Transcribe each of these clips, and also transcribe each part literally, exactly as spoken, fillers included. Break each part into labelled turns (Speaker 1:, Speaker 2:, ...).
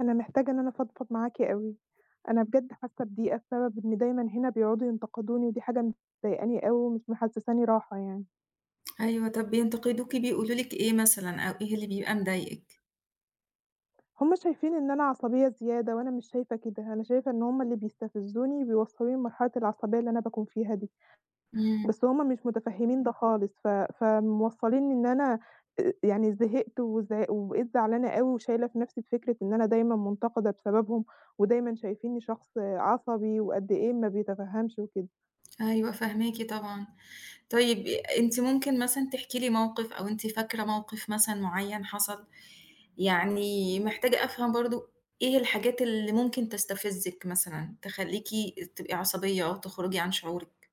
Speaker 1: أنا محتاجة إن أنا أفضفض معاكِ أوي، أنا بجد حاسة بضيقة بسبب إن دايمًا هنا بيقعدوا ينتقدوني، ودي حاجة مضايقاني أوي ومش محسساني راحة يعني.
Speaker 2: أيوه، طَب بينتقدوكِ بيقولوا لِك إيه مثلًا أو إيه اللي بيبقى مضايقِك؟
Speaker 1: هُم شايفين إن أنا عصبية زيادة، وأنا مش شايفة كده، أنا شايفة إن هُم اللي بيستفزوني وبيوصلوني لمرحلة العصبية اللي أنا باكون فيها دي،
Speaker 2: إمم،
Speaker 1: بس هُم مش متفهمين ده خالص، ف فموصليني إن أنا آآ، يعني زهقت وزع وبقيت زعلانة أوي وشايلة في نفسي فكرة إن أنا دايمًا منتقدة بسببهم، ودايمًا شايفينّي شخص عصبي وقد إيه ما بيتفهمش وكده.
Speaker 2: أيوه فاهماكِ طبعًا. طيب أنتِ ممكن مثلًا تحكي لي موقِف أو أنتِ فاكرة موقِف مثلًا معيّن حصل؟ يعني محتاجة أفهم برضه إيه الحاجات اللي ممكن تستفزِّك مثلًا، تخلّيكِ تبقي عصبية أو تخرجي عن شعورِك؟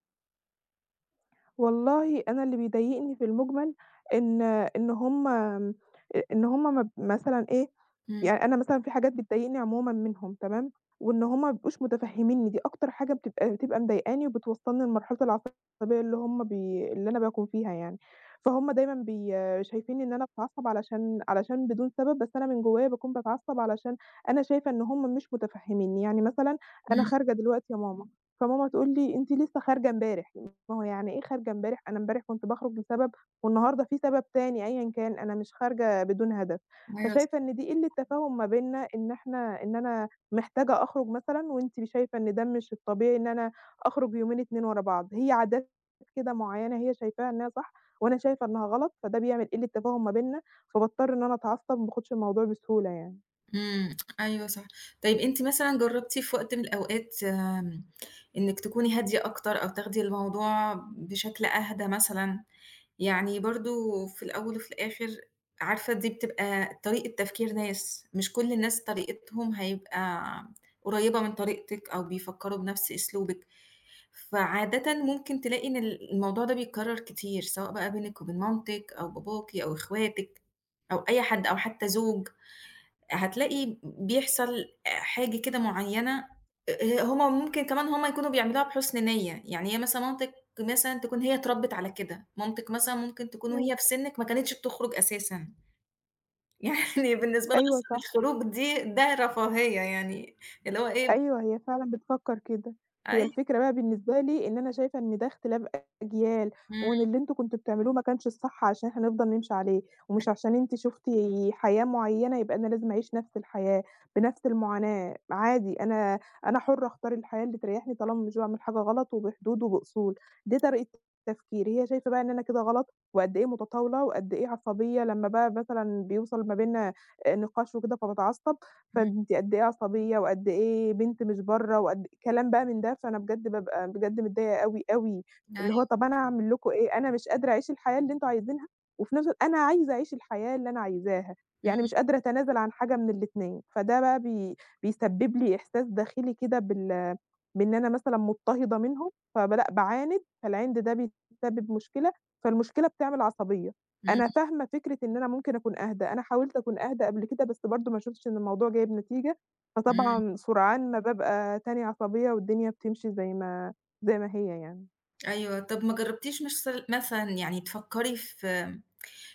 Speaker 1: والله أنا اللي بيضايقني في المُجمل إن إن هُم آمم، أ إن هُم ما مثلًا إيه،
Speaker 2: إمم،
Speaker 1: يعني أنا مثلًا في حاجات بتضايقني عمومًا منهم تمام، وإن هُم ما بيبقوش مُتفهّمينّي دي أكتر حاجة بتبقى بتبقى مضايقاني وبتوصّلني لمرحلة العصبية اللي هُم بي اللي أنا باكون فيها يعني، فهُم دايمًا بي شايفينّي إن أنا باتعصّب علشان علشان بدون سبب، بس أنا من جوّايا باكون باتعصّب علشان أنا شايفة إن هُم مش مُتفهّمينّي، يعني مثلًا أنا
Speaker 2: إمم،
Speaker 1: خارجة دلوقتي يا ماما، فماما تقول لي: "أنتِ لسه خارجة امبارح." ما هو يعني إيه خارجة امبارح؟ أنا امبارح كنت باخرج لسبب والنهارده في سبب تاني أيًا كان، أنا مش خارجة بدون هدف،
Speaker 2: أيوه
Speaker 1: فشايفة إن دي قِلّة تفاهم ما بيننا إن إحنا إن أنا محتاجة أخرج مثلًا وأنتِ شايفة إن ده مش الطبيعي إن أنا أخرج يومين اتنين ورا بعض، هي عادات كده معيّنة هي شايفاها إنها صح وأنا شايفة إنها غلط، فده بيعمل قِلّة تفاهم ما بيننا، فباضطر إن أنا أتعصب، ما باخدش الموضوع بسهولة يعني.
Speaker 2: إمم، أيوه صح. طيب أنتِ مثلًا جرّبتِ في وقت من الأوقات آمم، إنِّك تكوني هادية أكتر أو تاخدي الموضوع بشكل أهدى مثلًا؟ يعني برضه في الأول وفي الآخر عارفة دي بتبقى طريقة تفكير ناس، مش كل الناس طريقتهم هيبقى قريّبة من طريقتِك أو بيفكّروا بنفس أسلوبِك. فعادةً ممكن تلاقي إن ال الموضوع ده بيتكرّر كتير، سواء بقى بينِك وبين مامتِك أو باباكِ أو إخواتِك أو أي حد أو حتّى زوج. هتلاقي بيحصل حاجة كده معيّنة. آآ، هُم ممكن كمان هُم يكونوا بيعملوها بحُسن نيّة، يعني هي مثلًا مامتِك مثلًا تكون هي اتربِّت على كده، مامتِك مثلًا ممكن تكون
Speaker 1: إمم.
Speaker 2: وهي في سِنِّك ما كانتش بتخرُج أساسًا. يعني بالنسبة لها
Speaker 1: أيوه
Speaker 2: أصلًا
Speaker 1: صح.
Speaker 2: الخروج دي ده رفاهية يعني، اللي هو إيه.
Speaker 1: أيوه، هي فعلًا بتفكّر كده. هي
Speaker 2: أيوه،
Speaker 1: الفكرة بقى بالنسبة لي إن أنا شايفة إن ده اختلاف أجيال،
Speaker 2: إمم،
Speaker 1: وإن اللي أنتم كنتم بتعملوه ما كانش الصح عشان هنفضل نمشي عليه، ومش عشان أنتِ شُفتِ حياة معيّنة يبقى أنا لازم أعيش نفس الحياة، بنفس المعاناة، عادي أنا أنا حُرّة أختار الحياة اللي تريحني طالما مش باعمل حاجة غلط وبحدود وبأصول. دي طريقة تفكيري، هي شايفة بقى إن أنا كده غلط وقد إيه متطاولة وقد إيه عصبية لمّا بقى مثلًا بيوصل ما بيننا آآ نقاش وكده فباتعصب.
Speaker 2: إمم،
Speaker 1: فأنتِ قد إيه عصبية وقد إيه بنت مش برّه وقد كلام بقى من ده، فأنا بجد بابقى بجد متضايقة أوي، أوي،
Speaker 2: أيوه،
Speaker 1: اللي هو طَب أنا أعمل لكم إيه؟ أنا مش قادرة أعيش الحياة اللي أنتم عايزينها، وفي نفس الوقت أنا عايزة أعيش الحياة اللي أنا عايزاها،
Speaker 2: إمم،
Speaker 1: يعني مش قادرة أتنازل عن حاجة من الاتنين، فده بقى بي بيسبب لي إحساس داخلي كده بال بإن أنا مثلًا مضطهدة منهم، فب لأ باعاند، فالعِند ده بيسبب مشكلة، فالمشكلة بتعمل عصبية.
Speaker 2: إمم،
Speaker 1: أنا فاهمة فكرة إن أنا ممكن أكون أهدى، أنا حاولت أكون أهدى قبل كده، بس برضه ما شُفتش إن الموضوع جايب نتيجة،
Speaker 2: إمم.
Speaker 1: فطبعًا سرعان ما بابقى تاني عصبية والدنيا بتمشي زي ما زي ما هي يعني،
Speaker 2: أيوه، طَب ما جرّبتيش مثل مثلًا يعني تفكّري في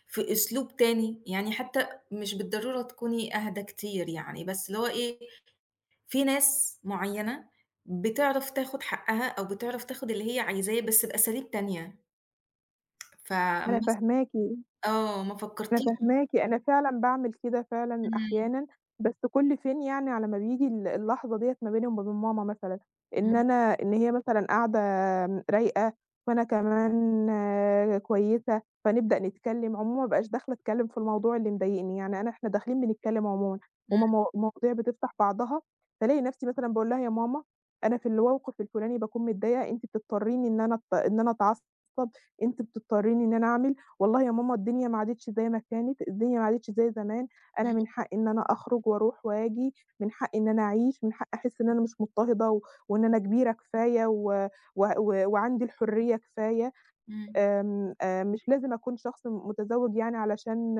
Speaker 2: في أسلوب تاني؟ يعني حتى مش بالضرورة تكوني أهدى كتير يعني، بس اللي هو إيه، في ناس معيّنة بتعرف تاخُد حقّها أو بتعرف تاخُد اللي هي عايزاه بس بأساليب تانية،
Speaker 1: أنا
Speaker 2: فمث
Speaker 1: فاهماكِ.
Speaker 2: آه، ما
Speaker 1: أنا
Speaker 2: فكّرتيش.
Speaker 1: فاهماكِ، أنا فعلًا باعمل كده فعلًا
Speaker 2: إمم،
Speaker 1: أحيانًا، بس كل فين يعني على ما بييجي ال اللحظة ديّة ما بيني وما بين ماما مثلًا، إن
Speaker 2: إمم،
Speaker 1: أنا إن هي مثلًا قاعدة رايقة، وأنا كمان كويسة، فنبدأ نتكلم، عمومًا ما بابقاش داخلة أتكلم في الموضوع اللي مضايقني، يعني أنا إحنا داخلين بنتكلم عمومًا،
Speaker 2: إمم،
Speaker 1: هُم مو مواضيع بتفتح بعضها، فالاقي نفسي مثلًا باقول لها: "يا ماما أنا في الموقف الفلاني باكون متضايقة، أنتِ بتضطريني إن أنا أت إن أنا أتعصب، أنتِ بتضطريني إن أنا أعمل." والله يا ماما الدنيا ما عادتش زي ما كانت، الدنيا ما عادتش زي زمان، أنا
Speaker 2: إمم،
Speaker 1: من حقّي إن أنا أخرج وأروح وآجي، من حقّي إن أنا أعيش، من حقّي أحس إن أنا مش مضطهدة و وإن أنا كبيرة كفاية و و و وعندي الحرية كفاية.
Speaker 2: إمم،
Speaker 1: آمم، آآ مش لازم أكون شخص متزوج يعني علشان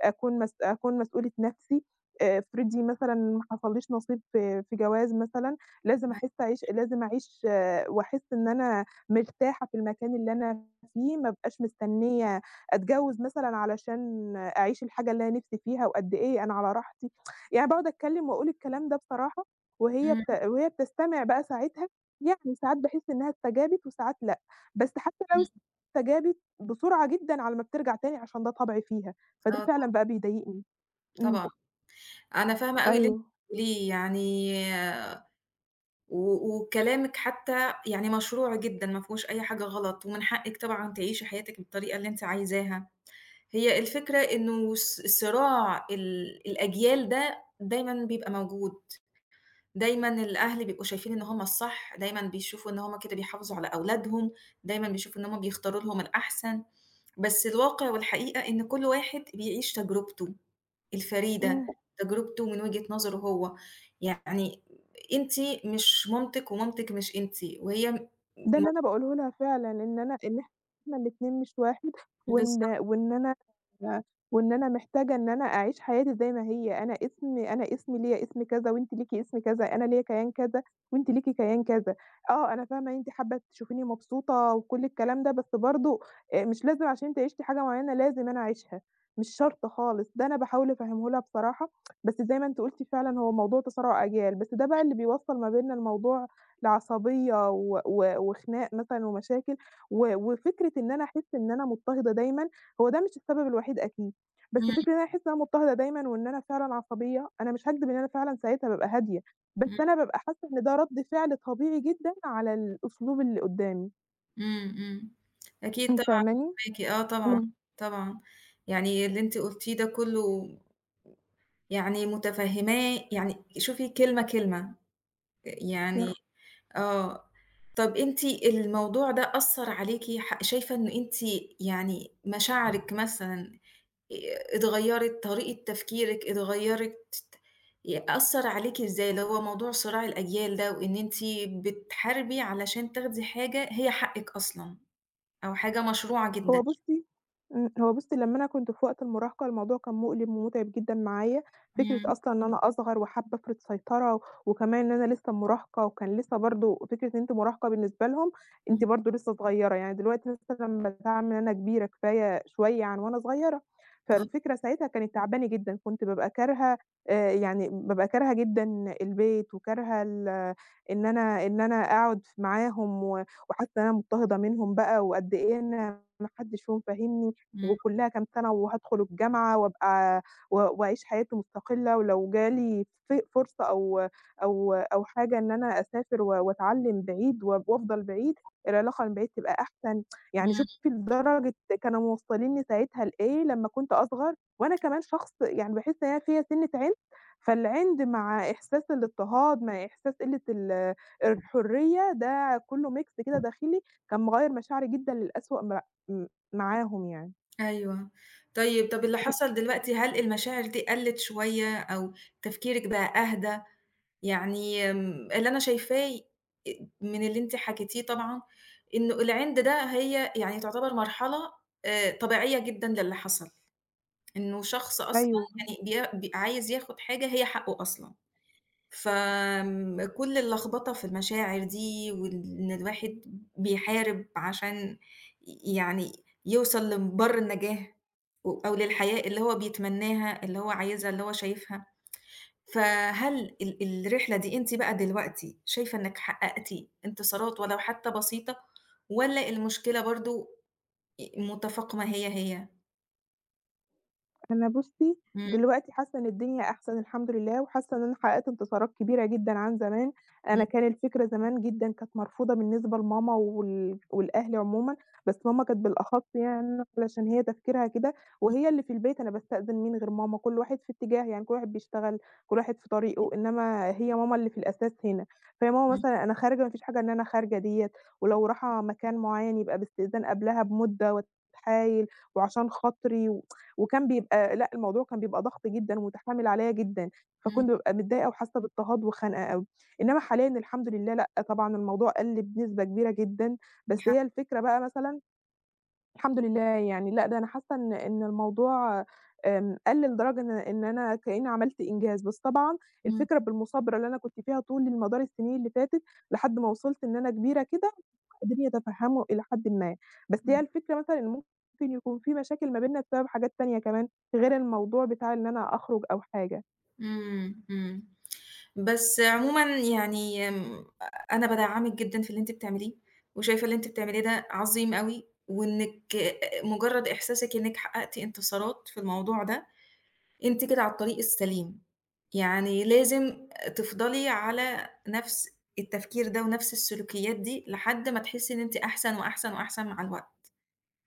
Speaker 1: أكون مس أكون مسؤولة نفسي، آآ افرضي مثلًا ما حصلّيش نصيب في في جواز مثلًا، لازم
Speaker 2: معاكِ.
Speaker 1: أحس أعيش لازم أعيش آه، وأحس إن أنا مرتاحة في المكان اللي أنا فيه، ما ابقاش مستنية أتجوز مثلًا علشان أعيش الحاجة اللي أنا نفسي فيها وقد إيه أنا على راحتي، يعني باقعد أتكلم وأقول الكلام ده بصراحة، وهي
Speaker 2: إمم،
Speaker 1: بت وهي بتستمع بقى ساعتها، يعني ساعات باحس إنها استجابت وساعات لأ، بس حتى لو
Speaker 2: إمم،
Speaker 1: فجابت بسرعة جدًا على ما بترجع تاني عشان ده طبعي فيها،
Speaker 2: آه
Speaker 1: فده فعلًا
Speaker 2: طبعًا،
Speaker 1: بقى بيضايقني. إمم،
Speaker 2: طبعًا. أنا فاهمة أوي اللي أنتِ
Speaker 1: أيوه،
Speaker 2: بتقوليه، يعني و وكلامِك حتّى يعني مشروع جدًا، ما فيهوش أي حاجة غلط، ومن حقِّك طبعًا تعيشي حياتِك بالطريقة اللي أنتِ عايزاها. هي الفكرة إنه الص صراع ال الأجيال ده دايمًا بيبقى موجود. دايمًا الأهل بيبقوا شايفين إن هم الصح، دايمًا بيشوفوا إن هم كده بيحافظوا على أولادهم، دايمًا بيشوفوا إن هم بيختاروا لهم الأحسن، بس الواقع والحقيقة إن كل واحد بيعيش تجربته الفريدة،
Speaker 1: إمم.
Speaker 2: تجربته من وجهة نظره هو، يعني أنتِ مش مامتِك ومامتِك مش أنتِ، وهي م
Speaker 1: ده
Speaker 2: ما
Speaker 1: اللي أنا باقوله لها فعلًا، إن أنا إن إحنا الاتنين مش واحد،
Speaker 2: بالضبط.
Speaker 1: وإن وإن أنا وإن أنا محتاجة إن أنا أعيش حياتي زي ما هي، أنا اسمي أنا اسمي ليّا اسم كذا وأنتِ ليكِ اسم كذا، أنا ليّا كيان كذا وأنتِ ليكِ كيان كذا. آه، أنا فاهمة أنتِ حابة تشوفيني مبسوطة وكل الكلام ده، بس برضه آآ مش لازم عشان أنتِ عِشتِ حاجة معيّنة لازم أنا أعيشها، مش شرط خالص، ده أنا باحاول أفهّمه لها بصراحة، بس زي ما أنتِ قُلتِ فعلًا هو موضوع تصارع أجيال، بس ده بقى اللي بيوصّل ما بيننا الموضوع العصبية و و وخناق مثلًا ومشاكل، و وفكرة إن أنا أحس إن أنا مضطهدة دايمًا، هو ده مش السبب الوحيد أكيد، بس
Speaker 2: إمم،
Speaker 1: فكرة إن أنا أحس إن أنا مضطهدة دايمًا وإن أنا فعلًا عصبية، أنا مش هاكدب إن أنا فعلًا ساعتها بابقى هادية، بس
Speaker 2: إمم،
Speaker 1: أنا بابقى حاسة إن ده رَد فعل طبيعي جدًا على الأسلوب اللي قدّامي،
Speaker 2: إمم، إمم، أكيد
Speaker 1: أنتِ
Speaker 2: طبعًا
Speaker 1: فاهماني؟
Speaker 2: معاكِ، آه طبعًا،
Speaker 1: إمم،
Speaker 2: طبعًا، يعني اللي أنتِ قُلتيه ده كله يعني متفهّماه، يعني شوفي كلمة، كلمة، يعني
Speaker 1: تسلمي.
Speaker 2: آه. طَب أنتِ الموضوع ده أثّر عليكِ ح شايفة إن أنتِ يعني مشاعرِك مثلًا آآ اتغيّرت، طريقة تفكيرِك اتغيّرت، ي أثّر عليكِ إزاي؟ اللي هو موضوع صراع الأجيال ده وإن أنتِ بتحاربي علشان تاخدي حاجة هي حقِّك أصلًا أو حاجة مشروعة جدًا.
Speaker 1: هو بُصّي إمم، هو بُصّي لمّا أنا كنت في وقت المراهقة الموضوع كان مؤلم ومُتعب جدًا معايا، فكرة
Speaker 2: إمم،
Speaker 1: أصلًا إن إمم. أنا أصغر وحابة أفرض سيطرة، وكمان إن أنا لسه مراهقة، وكان لسه برضه فكرة إن أنتِ مراهقة بالنسبة لهم أنتِ
Speaker 2: إمم،
Speaker 1: برضه لسه صغيرة، يعني دلوقتي مثلًا باتعامل إن أنا كبيرة كفاية شوية عن وأنا صغيرة،
Speaker 2: آه،
Speaker 1: فالفكرة ساعتها كانت تعباني جدًا، كنت بابقى كارهة آآ، يعني بابقى كارهة جدًا البيت، وكارهة ال إن أنا إن أنا أقعد ف معاهم، و وحاسة إن أنا مضطهدة منهم بقى، وقد إيه أنا ما حدّش فيهم فاهمني،
Speaker 2: إمم،
Speaker 1: وكُلّها كام سَنة وهادخل الجامعة وأبقى و وأعيش حياتي مستقلة، ولو جالي ف فرصة أو أو أو حاجة إن أنا أسافر و وأتعلّم بعيد و وأفضل بعيد، العلاقة من بعيد تبقى أحسن. يعني
Speaker 2: إمم.
Speaker 1: شُفتِ لدرجة كانوا موصّلينّي ساعتها لإيه لمّا كنت أصغر، وأنا كمان شخص يعني باحس إن أنا فيّا سِنّة عِند، فالعِند مع إحساس الاضطهاد، مع إحساس قِلّة ال الحرية، ده كُلّه mix كده داخلي، كان مغيّر مشاعري جدًا للأسوأ م إمم، معاهم يعني.
Speaker 2: أيوه. طيب، طَب اللي حصل دلوقتي هل المشاعر دي قَلِّت شوية أو تفكيرِك بقى أهدى؟ يعني آمم اللي أنا شايفاه أ من اللي أنتِ حكيتيه طبعًا، إنه العِند ده هي يعني تعتبر مرحلة آآ طبيعية جدًا للي حصل، إنه شخص أصلًا
Speaker 1: أيوه.
Speaker 2: يعني بي بي عايز ياخُد حاجة هي حقّه أصلًا. فكل اللخبطة في المشاعر دي، وإن الواحد بيحارب عشان ي يعني يوصل لمَبَر النجاة و أو للحياة اللي هو بيتمناها، اللي هو عايزها، اللي هو شايفها. فهل ال الرحلة دي أنتِ بقى دلوقتي شايفة إنِّك حققتِ انتصارات ولو حتى بسيطة، والّا المشكلة برضه آآ متفاقمة هي، هي؟
Speaker 1: أنا بُصّي،
Speaker 2: إمم،
Speaker 1: دلوقتي حاسة إن الدنيا أحسن الحمد لله، وحاسة إن أنا حققت انتصارات كبيرة جدًا عن زمان،
Speaker 2: إمم،
Speaker 1: أنا كان الفكرة زمان جدًا كانت مرفوضة بالنسبة لماما وال والأهل عمومًا، بس ماما كانت بالأخص يعني علشان هي تفكيرها كده،
Speaker 2: إمم،
Speaker 1: وهي اللي في البيت أنا باستأذن مين غير ماما، كل واحد في اتجاه يعني كل واحد بيشتغل، كل واحد في طريقه، إنما هي ماما اللي في الأساس هنا، فهي ماما
Speaker 2: إمم،
Speaker 1: مثلًا أنا خارجة ما فيش حاجة إن أنا خارجة ديّة، ولو رايحة مكان معيّن يبقى باستئذان قبلها بمدة وأتحايل وعشان خاطري و وكان بيبقى لأ، الموضوع كان بيبقى ضغط جدًا ومُتحامل عليّا جدًا،
Speaker 2: إمم،
Speaker 1: فكنت بابقى متضايقة وحاسة باضطهاد وخنقة أوي. إنّما حاليًا الحمد لله لأ، طبعًا الموضوع قَل بنسبة كبيرة جدًا، بس هي الفكرة بقى مثلًا الحمد لله يعني لأ، ده أنا حاسة إن إن الموضوع آمم، قَل لدرجة إن إن أنا كإنّي عملت إنجاز، بس طبعًا
Speaker 2: إمم،
Speaker 1: الفكرة بالمثابرة اللي أنا كنت فيها طول مدار السنين اللي فاتت لحد ما وصلت إن أنا كبيرة كده قادرين يتفهموا إلى حدٍ ما، بس هي
Speaker 2: إمم،
Speaker 1: الفكرة مثلًا إن ممكن يكون في مشاكل ما بيننا بسبب حاجات تانية كمان غير الموضوع بتاع إن أنا أخرج أو حاجة،
Speaker 2: إمم، إمم. بس عمومًا يعني آمم، أنا بادعّمِك جدًا في اللي أنتِ بتعمليه، وشايفة اللي أنتِ بتعمليه ده عظيم أوي، وإنِّك آآ، مجرد إحساسِك إنِّك حققتِ انتصارات في الموضوع ده، أنتِ كده على الطريق السليم، يعني لازم تفضلي على نفس التفكير ده ونفس السلوكيات دي لحد ما تحسي إن أنتِ أحسن وأحسن وأحسن مع الوقت،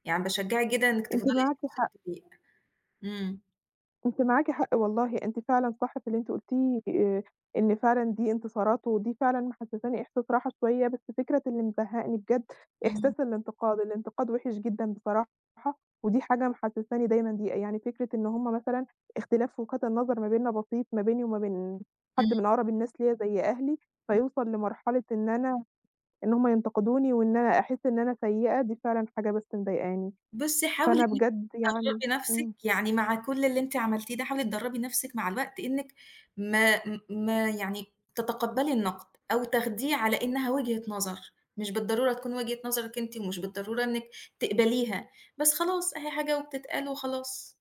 Speaker 2: يعني باشجعِك جدًا إنِّك
Speaker 1: أنتِ
Speaker 2: تفضلي في
Speaker 1: معاكِ
Speaker 2: نفس
Speaker 1: حق.
Speaker 2: الطريق. إمم،
Speaker 1: أنتِ معاكِ حق والله، أنتِ فعلًا صح في اللي أنتِ قُلتيه آآ، إن فعلًا دي انتصارات ودي فعلًا محسساني إحساس راحة شوية، بس فكرة اللي مزهقني بجد
Speaker 2: إمم،
Speaker 1: إحساس الانتقاد، الانتقاد وِحِش جدًا بصراحة، ودي حاجة محسساني دايمًا دي يعني فكرة إن هم مثلًا اختلاف وجهات النظر ما بيننا بسيط، ما بيني وما بين
Speaker 2: إمم،
Speaker 1: حد من أقرب الناس ليّا زي أهلي،
Speaker 2: إمم.
Speaker 1: فيوصل لمرحلة إن أنا إن هم ينتقدوني وإن أنا أحس إن أنا سيئة، دي فعلًا حاجة بس مضايقاني،
Speaker 2: بُصّي حاولي
Speaker 1: فأنا
Speaker 2: إنِّك
Speaker 1: بجد يعني
Speaker 2: تدرّبي نَفْسِك،
Speaker 1: إمم،
Speaker 2: يعني مع كل اللي أنتِ عملتيه ده، حاولي تدرّبي نَفْسِك مع الوقت إنِّك ما م ما يعني تتقبّلي النقد أو تاخديه على إنها وجهة نظر، مش بالضرورة تكون وجهة نظرِك أنتِ ومش بالضرورة إنِّك تقبليها، بس خلاص أهي حاجة وبتتقال وخلاص،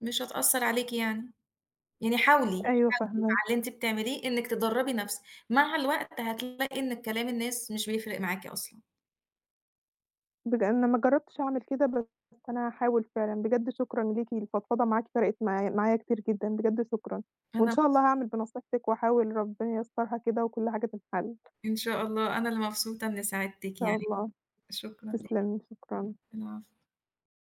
Speaker 2: مش هتأثّر عليكِ يعني. يعني حاولي، حاولي
Speaker 1: أيوه
Speaker 2: مع
Speaker 1: فاهماكِ.
Speaker 2: اللي أنتِ بتعمليه إنِّك تدرّبي نَفْسِك، مع الوقت هتلاقي إن كلام الناس مش بيفرق معاكِ أصلًا.
Speaker 1: بج أنا ما جرّبتش أعمل كده، بس أنا هاحاول فعلًا، بجد شكرًا ليكِ، الفضفضة معاكِ فرقِت معايا معايا كتير جدًا، بجد شكرًا،
Speaker 2: أنا
Speaker 1: وإن شاء الله
Speaker 2: مبس
Speaker 1: هاعمل بنصيحتِك وأحاول ربنا ييسّرها كده وكل حاجة تتحل، إن
Speaker 2: إن شاء الله، أنا اللي مبسوطة إنّي ساعدتِك
Speaker 1: شاء
Speaker 2: يعني.
Speaker 1: الله،
Speaker 2: شكرًا ليك،
Speaker 1: تسلمي، شكرًا.
Speaker 2: العفو.